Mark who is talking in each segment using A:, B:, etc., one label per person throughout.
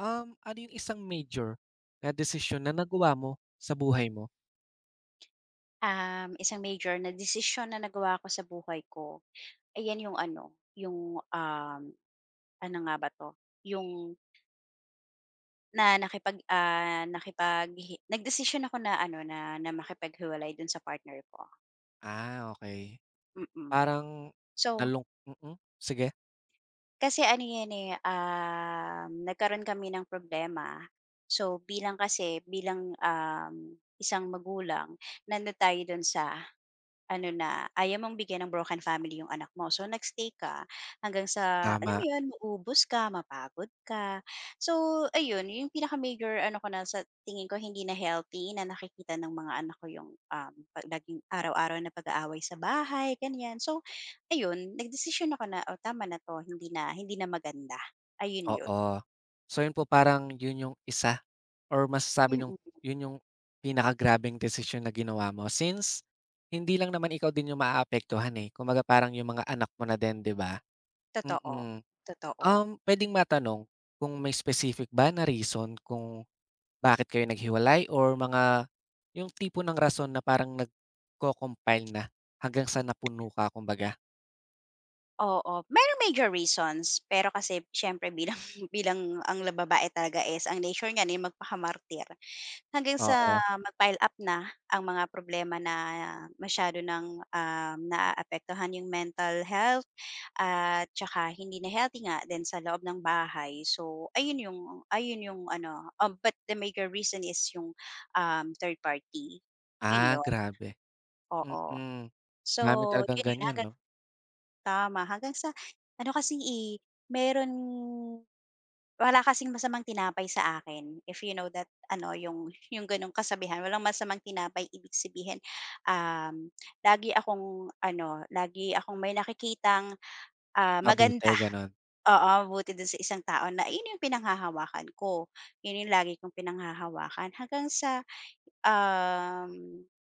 A: Ano yung isang major na desisyon na nagawa mo sa buhay mo?
B: Isang major na desisyon na nagawa ko sa buhay ko, ayan yung ano, yung, ano nga ba 'to, yung na nakipag, ah, nakipaghi nagdesisyon ako na ano, na na makipaghiwalay dun sa partner ko,
A: Ah, okey.
B: mm.
A: Parang
B: So,
A: sige,
B: kasi ano 'yan, eh, nagkaroon kami ng problema. So, bilang kasi bilang, isang magulang nando'n tayo do'n sa ano na, ayaw mong bigyan ng broken family yung anak mo. So, nag-stay ka hanggang sa alam
A: tama,
B: mo 'yun, maubos ka, mapagod ka. So, ayun yung pinaka-major ano ko na sa tingin ko hindi na healthy na nakikita ng mga anak ko yung, 'pag laging araw-araw na pag-aaway sa bahay, ganiyan. So, ayun, nagdesisyon ako na, "Oh, tama na 'to, hindi na maganda." Ayun 'yun.
A: oo. So, yun po parang yun yung isa or masasabi niyong
B: Mm.
A: yun yung pinakagrabeng desisyon na ginawa mo since hindi lang naman ikaw din yung maaapektuhan, eh, kumbaga parang yung mga anak mo na din, 'di ba?
B: Totoo,
A: Mm.
B: totoo.
A: Um, puwedeng matanong kung may specific ba na reason kung bakit kayo naghiwalay or mga yung tipo ng rason na parang nagko-compile na hanggang sa napuno ka kumbaga?
B: Oo, merong major reasons, pero kasi siyempre bilang bilang ang babae talaga is ang nature niyan ay magpakamartir. Hanggang
A: Oo.
B: sa mag-pile up na ang mga problema na masyado ng, naaapektuhan yung mental health at tsaka hindi na healthy nga din sa loob ng bahay. So, ayun yung ano, but the major reason is yung, third party, yun
A: Ah,
B: yun,
A: grabe.
B: oo.
A: Mm,
B: So,
A: dami talagang
B: yun yun,
A: ganyan 'no?
B: tama, hanggang sa ano kasi, eh, meron wala kasing masamang tinapay sa akin, if you know that ano, yung gano'ng kasabihan, walang masamang tinapay ibig sabihin, um, lagi akong ano, lagi akong may nakikitang
A: Pabuti
B: maganda.
A: gano'n,
B: Oo, buti dun sa isang tao na yun yung pinanghahawakan ko, yun yung lagi kong pinanghahawakan hanggang sa, um,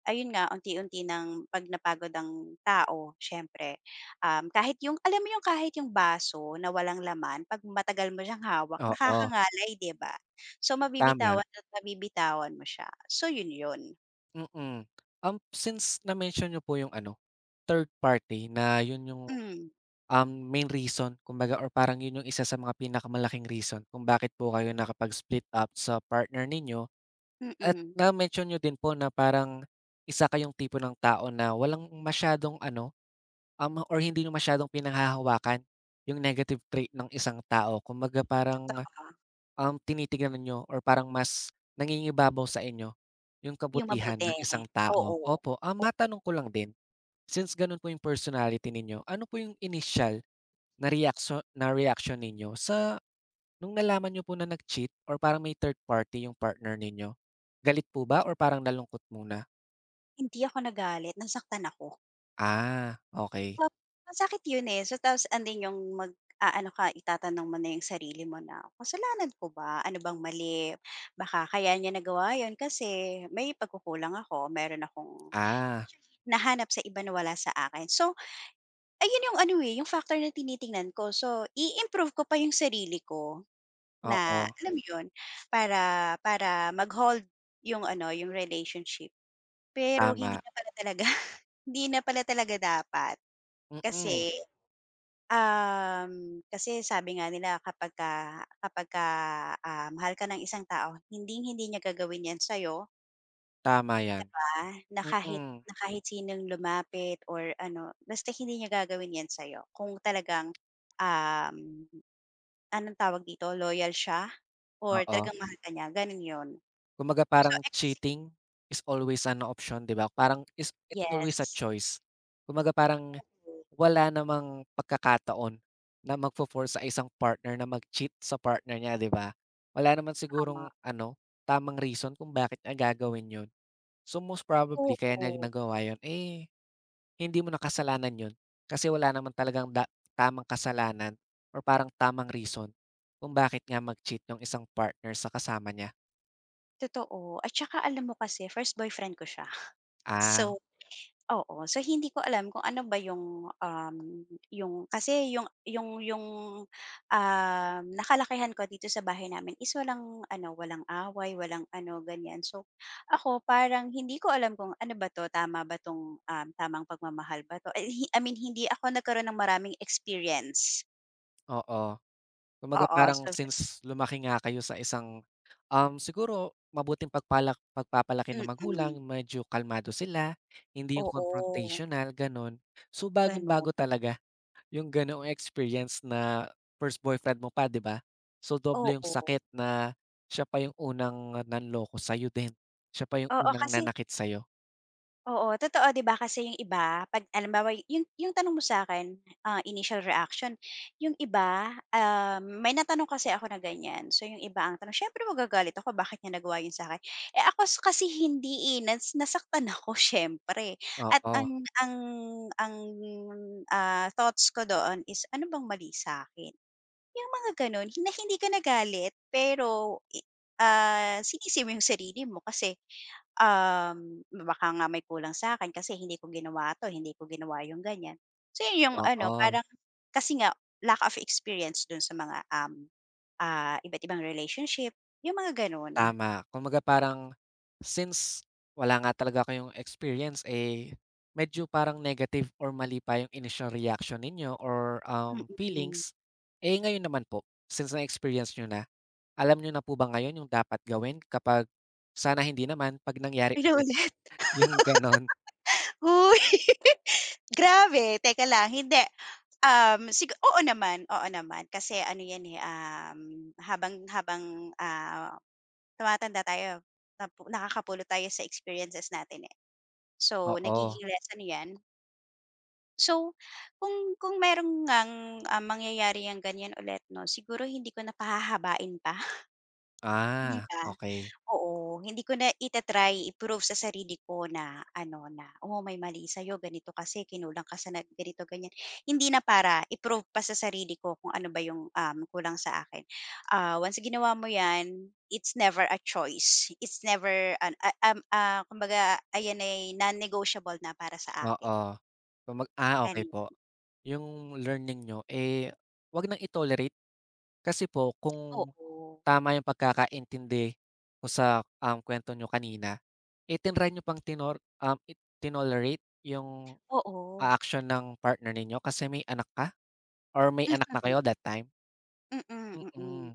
B: ayun nga unti-unti ng 'pag napagod ang tao siyempre. Kahit yung alam mo yung kahit yung baso na walang laman 'pag matagal mo siyang hawak
A: oo,
B: nakakangalay, 'di ba? So,
A: tama,
B: mabibitawan at mabibitawan mo siya. So, yun yun.
A: mm. Um, since na-mention niyo po yung ano, third party na yun yung
B: Hmm, mm.
A: Um, main reason kumbaga or parang yun yung isa sa mga pinakamalaking reason kung bakit po kayo nakapag-split up sa partner ninyo. At
B: Mm-mm.
A: na-mention niyo din po na parang isa kayong tipo ng tao na walang masyadong ano, um, or hindi nyo masyadong pinanghahawakan yung negative trait ng isang tao. Kumbaga parang,
B: Ah,
A: tinitignan niyo or parang mas nangingibabaw sa inyo yung
B: yung
A: kabutihan
B: mabuti,
A: ng isang tao.
B: oo.
A: Opo, ah,
B: O,
A: matanong ko lang din, since ganun po yung personality ninyo, ano po yung initial na reaktso na reaction ninyo sa nung nalaman niyo po na nag-cheat or parang may third party yung partner ninyo, galit po ba or parang nalungkot muna?
B: hindi ako nagalit, nasaktan ako.
A: Ah, okey.
B: Ma Masakit yun, eh. So, tapos andun yung ano ka, itatanong mo na yung sarili mo na, "Kasalanan ko ba? Ano bang mali? Baka kaya niya nagawa yun kasi may pagkukulang ako, meron akong."
A: Ah,
B: Nahanap sa iba na wala sa akin. So, ayun yung ano, eh, yung factor na tinitingnan ko. So, i-improve ko pa yung sarili ko na
A: oo,
B: alam mo yun, para para mag-hold yung ano, yung relationship. Pero hindi
A: tama.
B: na pala talaga, hindi na pala talaga dapat.
A: Mm,
B: Kasi, kasi sabi nga nila kapagka, mahal ka ng isang tao, hindi hindi niya gagawin yan sa'yo.
A: tama 'yan.
B: 'Di ba, na kahit
A: Mm,
B: na kahit sinong lumapit or ano, basta hindi niya gagawin 'yan sa'yo kung talagang, um, anong tawag dito, loyal siya or
A: oo.
B: talagang mahal ka niya, gano'n 'yun.
A: Kumbaga
B: So,
A: parang
B: eh, kasi,
A: cheating is always an option, 'di ba? Parang it's always a
B: yes,
A: choice. Kumbaga parang
B: oo,
A: wala namang pagkakataon na magfo-force sa isang partner na mag-cheat sa partner niya, 'di ba? Wala naman
B: tama.
A: sigurong ano, tamang reason kung bakit niya gagawin 'yun. So, most probably kaya niya
B: Oo,
A: nagawa 'yun, eh, hindi mo nakasalanan 'yun kasi wala naman talagang tamang kasalanan or parang tamang reason kung bakit nga mag-cheat yung isang partner sa kasama niya.
B: totoo at saka alam mo kasi first boyfriend ko siya. So
A: Ah,
B: Oo, so hindi ko alam kung ano ba yung, yung kasi yung, nakalakihan ko dito sa bahay namin is walang ano, walang away, walang ano, ganyan. So, ako parang hindi ko alam kung ano ba 'to, tama ba 'tong, tamang pagmamahal ba 'to? Eh, I mean hindi ako nagkaroon ng maraming experience.
A: oo. Kumbaga
B: Oo,
A: parang
B: so
A: since lumaki nga kayo sa isang, um, siguro mabuting pagpapalaki
B: mm,
A: ng magulang,
B: mm.
A: medyo kalmado sila, hindi yung
B: Oo,
A: confrontational, gano'n. So, bagong-bago
B: gano'n.
A: talaga yung ganoong experience na first boyfriend mo pa, 'di ba? So, doble yung
B: Oo.
A: sakit na siya pa yung unang nanloko sa'yo din, siya pa yung
B: Oo,
A: unang
B: kasi
A: nanakit sa'yo.
B: Totoo 'di ba kasi yung iba 'pag halimbawa yung tanong mo sa'kin, initial reaction, yung iba, may natanong kasi ako na ganyan. So, yung iba ang tanong siyempre magagalit ako bakit niya nagawa yun sa akin? Eh, ako kasi hindi, eh, nasaktan ako siyempre, at
A: Oo,
B: ang thoughts ko doon is ano bang mali sa'kin? Yung mga gano'n na hindi ka nagalit pero sinisi mo yung sarili mo kasi, baka nga may kulang sa akin kasi hindi ko ginawa 'to, hindi ko ginawa yung ganyan. So, yun yung ano
A: oo.
B: parang kasi nga lack of experience dun sa mga, iba't ibang relationship, yung mga gano'n.
A: Tama, kumbaga parang since wala nga talaga kayong experience, eh, medyo parang negative or mali pa yung initial reaction ninyo or, um,
B: Mm,
A: feelings. Eh, ngayon naman po, since na-experience niyo na, alam niyo na po ba ngayon yung dapat gawin kapag sana hindi naman 'pag nangyari ulit,
B: ulit
A: yung gano'n?
B: uy, grabe. Teka lang, hindi. Um, sigu Oo naman, oo naman. Kasi ano 'yan, eh, habang habang, ah, tumatanda tayo, nakakapulot tayo sa experiences natin, eh. So,
A: Oo.
B: nagiging lesson 'yan. So, kung merong ngang, mangyayari yang ganiyan ulit 'no, siguro hindi ko na pahahabain pa, 'di
A: Ah,
B: ba?
A: okey.
B: Oo, hindi ko na itatry try i-prove sa sarili ko na ano na, "Oh, may mali sa'yo ganito kasi kinulang ka sa na ganito, ganyan." Hindi na para i-prove pa sa sarili ko kung ano ba yung, kulang sa akin. Ah, once ginawa mo 'yan, it's never a choice. It's never an a um, ah, kumbaga ayan ay non-negotiable na para sa akin,
A: Oo, ah, okay
B: gano'n.
A: po. Yung learning niyo, eh, 'wag nang itolerate kasi po kung
B: Oo,
A: tama yung pagkakaintindi ko sa, um, kuwento niyo kanina, eh, nyo pang tinor um, i tinolerate yung, ah,
B: oo.
A: action ng partner ninyo kasi may anak ka? Or may anak na
B: Mm,
A: kayo that time?
B: mm, mm, mm.
A: Mm,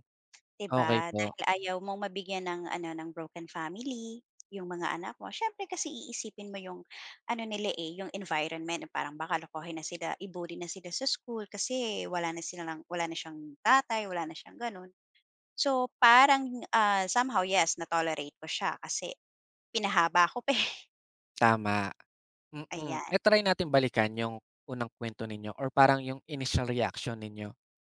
B: 'Di
A: okey
B: ba,
A: po,
B: dahil ayaw mong mabigyan ng ano, ng broken family, yung mga anak mo. Siyempre kasi iisipin mo yung ano nila, eh, yung environment parang baka lokohin na sila, i-bully na sila sa school kasi wala na siyang tatay, wala na siyang gano'n. So, parang, somehow yes, na-tolerate ko siya kasi pinahaba ko pa, eh,
A: tama. Mm,
B: ayan.
A: i-try natin balikan yung unang kwento ninyo or parang yung initial reaction ninyo.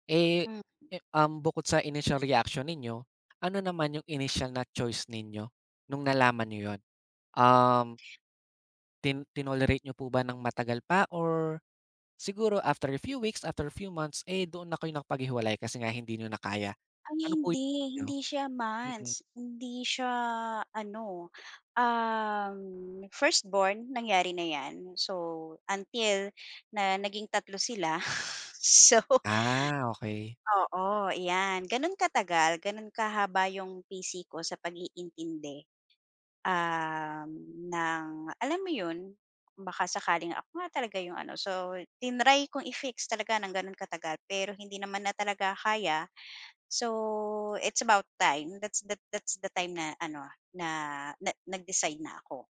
A: Eh,
B: Hmm.
A: bukod sa initial reaction ninyo, ano naman yung initial na choice ninyo nung nalaman niyo yun? Um, tinolerate nyo po ba ng matagal pa or siguro after a few weeks, after a few months, eh, doon na kayo nakapaghiwalay kasi nga hindi nyo na kaya?
B: Ay
A: Ano po
B: hindi,
A: yung ano?
B: hindi siya
A: Mm.
B: months, hindi siya ano, um, firstborn nangyari na 'yan. So, until na naging tatlo sila. So,
A: Ah, okay.
B: oo, 'yan gano'n katagal, gano'n kahaba yung PC ko sa pag-iintindi, um, ng alam mo 'yun, baka sakaling ako nga talaga yung ano. So, tinry kong i-fix talaga ng gano'n katagal pero hindi naman na talaga kaya. So, it's about time. That's the time na ano, na na nag-decide na ako.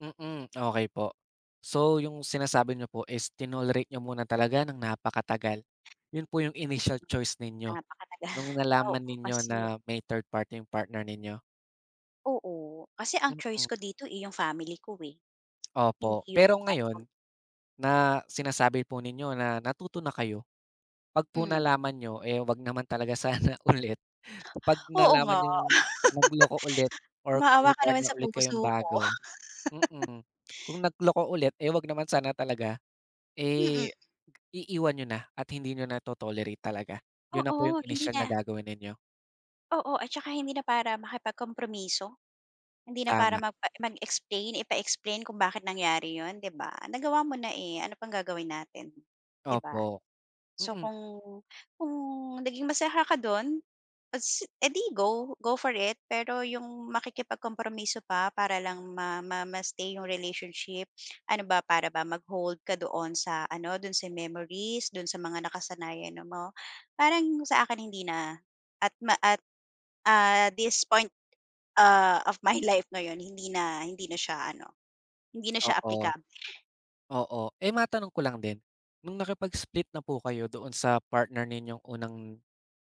A: Mm, okey po. So, yung sinasabi nyo po is tinolerate niyo muna talaga ng napakatagal. Yun po yung initial choice ninyo
B: Napakatagal.
A: nung
B: Oo,
A: nalaman ninyo
B: kasi
A: na may third party yung partner ninyo?
B: oo, kasi ang choice
A: Mm,
B: ko dito, eh, yung family ko, eh,
A: opo.
B: hindi yung
A: Pero
B: ano.
A: ngayon na sinasabi po ninyo na natuto na kayo 'pag po
B: Hmm,
A: nalaman niyo, eh, wag naman talaga sana ulit. 'Pag
B: oo
A: nalaman
B: nga,
A: niyong nagloko ulit or kung
B: maawa
A: may
B: ka naman
A: partner
B: sa
A: ulit
B: puso
A: kayong
B: ko.
A: bago mm. Kung nagloko ulit, eh, wag naman sana talaga,
B: Mm,
A: eh, iiwan niyo na at hindi niyo na to-tolerate talaga. Yun na po yung
B: oo, hindi
A: inisyal
B: na,
A: na gagawin ninyo.
B: oo, at saka hindi na para makipagkompromiso. Hindi na para
A: Tama,
B: mag-explain, ipa-explain kung bakit nangyari yun, 'di ba? Nagawa mo na, eh, ano pang gagawin natin, 'di ba?
A: opo.
B: So,
A: Mm,
B: kung naging masaya ka dun, go, go for it. Pero yung makikipagkompromiso pa para lang ma ma ma-stay yung relationship, ano ba, para ba mag-hold ka doon sa ano, dun sa memories, dun sa mga nakasanayan mo. Parang sa akin hindi na. At this point, of my life ngayon hindi na siya ano, hindi na siya
A: oo.
B: aplikable.
A: Oo. Eh, matanong ko lang din, nung nakipag-split na po kayo doon sa partner ninyong unang,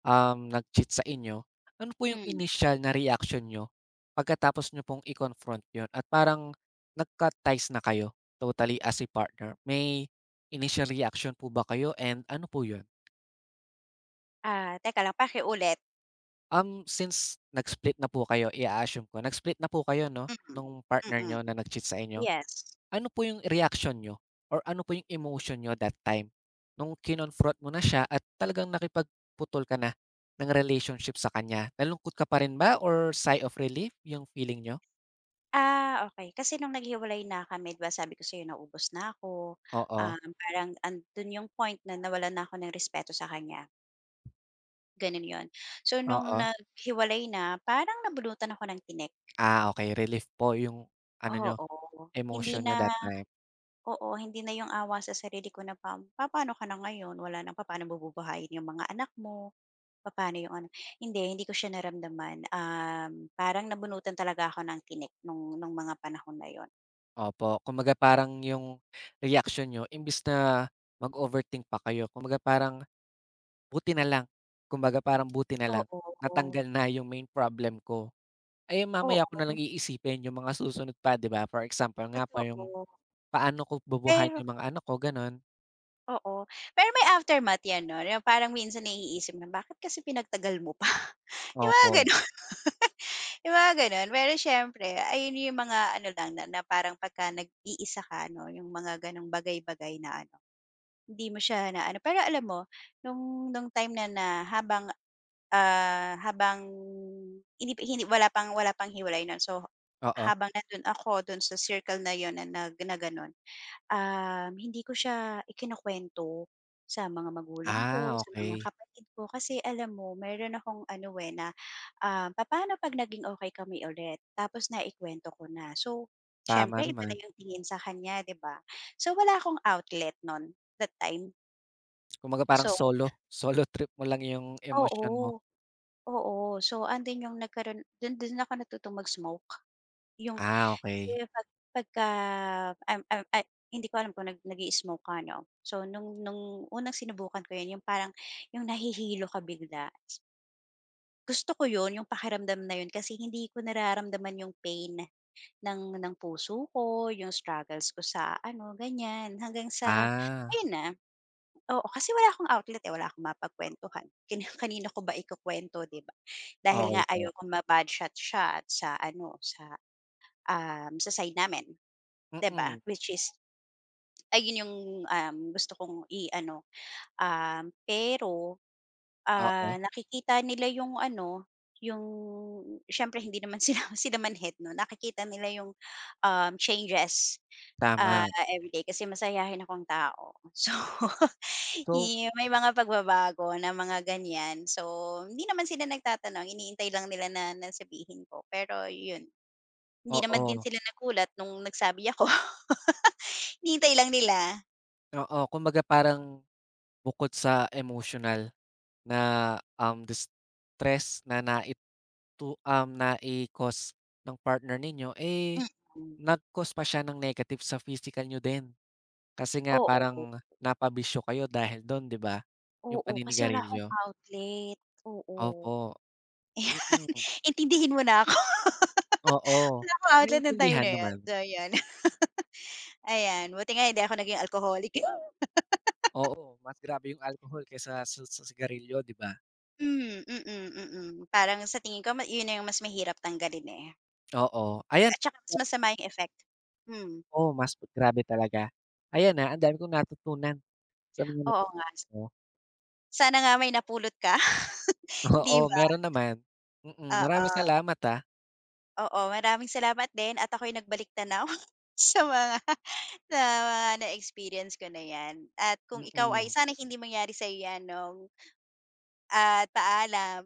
A: um, nag-cheat sa inyo, ano po yung
B: Hmm.
A: initial na reaction niyo pagkatapos nyo pong i-confront yun at parang nagka-ties na kayo totally as a partner? May initial reaction po ba kayo and ano po yun?
B: Ah, teka lang pakiulit.
A: Um, since nag-split na po kayo, i assume ko, nag-split na po kayo 'no,
B: Mm,
A: nung partner
B: mm.
A: niyo na nag-cheat sa inyo.
B: Yes.
A: Ano po yung reaction niyo or ano po yung emotion niyo that time nung kinonfront mo na siya at talagang nakipagputol ka na ng relationship sa kanya? Nalungkot ka pa rin ba or sigh of relief yung feeling niyo?
B: Ah, okay. Kasi nung naghiwalay na kami 'di ba sabi ko sa'yo naubos na ako,
A: Oo,
B: parang andun yung point na nawalan na ako ng respeto sa kanya, ganun yun. So, nung
A: oo.
B: naghiwalay na parang nabunutan ako ng tinik,
A: Ah, okay, relief po yung ano niyo,
B: oo. Hindi
A: emotion
B: na,
A: niyo that time.
B: oo, hindi na yung awa sa sarili ko na papaano ka na ngayon, wala ng paano mo bubuhayin yung mga anak mo, paano yung ano hindi, ko siya naramdaman, parang nabunutan talaga ako ng tinik nung mga panahon na yun.
A: Opo, kumbaga parang yung reaction niyo imbis na mag-overthink pa kayo, kumbaga parang buti na lang, kumbaga parang buti na lang,
B: Oo,
A: natanggal na yung main problem ko. Eh,
B: oo.
A: mamaya ko na lang iisipin yung mga susunod pa, 'di ba? For example nga po yung,
B: Totoo,
A: paano ko bubuhayin
B: pero,
A: yung mga anak ko, gano'n.
B: oo, pero may aftermath 'yan 'no, yung parang minsan naiisip na bakit kasi pinagtagal mo pa, yung mga
A: Opo,
B: gano'n. Yung mga gano'n, pero siyempre ayun yung mga ano lang na na parang pagka nag-iisa ka 'no, yung mga gano'ng bagay-bagay. Hindi mo siya na ano pero alam mo nung time na na habang, ah, habang hindi hindi wala pang hiwalay nun so
A: oo.
B: habang nandun ako dun sa circle na yon na na gano'n. Hindi ko siya ikinukuwento sa mga magulang ko,
A: Ah,
B: sa mga
A: okey.
B: kapatid ko kasi alam mo meron akong ano, eh, na, papaano 'pag naging okey kami ulit tapos naikuwento ko na. So,
A: Tama
B: siyempre iba na
A: naman.
B: yung tingin sa kanya, 'di ba? So, wala akong outlet nun, that time.
A: Kumbaga parang
B: So
A: solo, solo trip mo lang yung emosyon mo.
B: Oo. Oo, so andun yung nagkaroon dun dun ako natutong mag-smoke. Yung
A: Ah,
B: kasi
A: okey.
B: pagka um, um, ay hindi ko alam kung nag-i-smoke ka 'no? So, nung unang sinubukan ko yun yung parang yung nahihilo ka bigla, gusto ko yun yung pakiramdam na yun kasi hindi ko nararamdaman yung pain. Ng puso ko, yung struggles ko sa ano, ganyan. Hanggang sa
A: Ah,
B: ayun na, oo, kasi wala akong outlet, eh, wala akong mapagkuwentuhan. Kani kanino ko ba ikukuwento, 'di ba? Dahil
A: okey
B: nga
A: po.
B: ayokong ma-bad shot siya sa ano, sa side namin, 'di ba?
A: Mm,
B: Which is ayun yung, gusto kong i-ano. Pero,
A: oo,
B: nakikita nila yung ano, yung siyempre hindi naman sila sila manhid 'no, nakikita nila yung, changes,
A: tama.
B: ah, everyday kasi masayahin akong tao. So,
A: So
B: may mga pagbabago na mga ganyan. So, hindi naman sila nagtatanong, iniintay lang nila na na ko. Pero yun, hindi naman din
A: oo,
B: sila nagulat nung nagsabi ako. Iniintay lang nila,
A: oo. Kumbaga parang bukod sa emotional na, the stress na naitu um, nai ng partner ninyo, eh,
B: mm.
A: nag-cause pa siya ng negative sa physical niyo din. Kasi nga
B: Oo.
A: parang napabisyo kayo dahil do'n, 'di ba? Yung
B: Oo, kasi wala akong
A: paninigarilyo.
B: outlet, oo.
A: Opo, mm,
B: Intindihin mo na ako,
A: oo.
B: wala akong outlet nung time
A: Naiintindihan
B: na yun.
A: naman.
B: So yun, ayan, buti nga hindi ako naging alcoholic.
A: Oo, mas grabe yung alcohol kaysa sa sigarilyo, 'di ba?
B: Hmm, mm, mm. Mm, mm. Parang sa tingin ko yun na yung mas mahirap tanggalin, eh,
A: Oo, ayan
B: at saka mas masama yung effect. Hmm,
A: oo, mas grabe talaga. Ayan, na ang dami kong natutunan sa mga
B: oo nga. Sana nga may napulot ka, 'di
A: oo,
B: ba?
A: meron naman. Mm, maraming
B: Oo,
A: salamat, ah.
B: oo, maraming salamat din at ako'y nagbalik tanaw sa mga sa mga na-experience ko na yan at kung ikaw ay
A: Mm.
B: sana hindi mangyari sa'yo yan 'no. At paalam.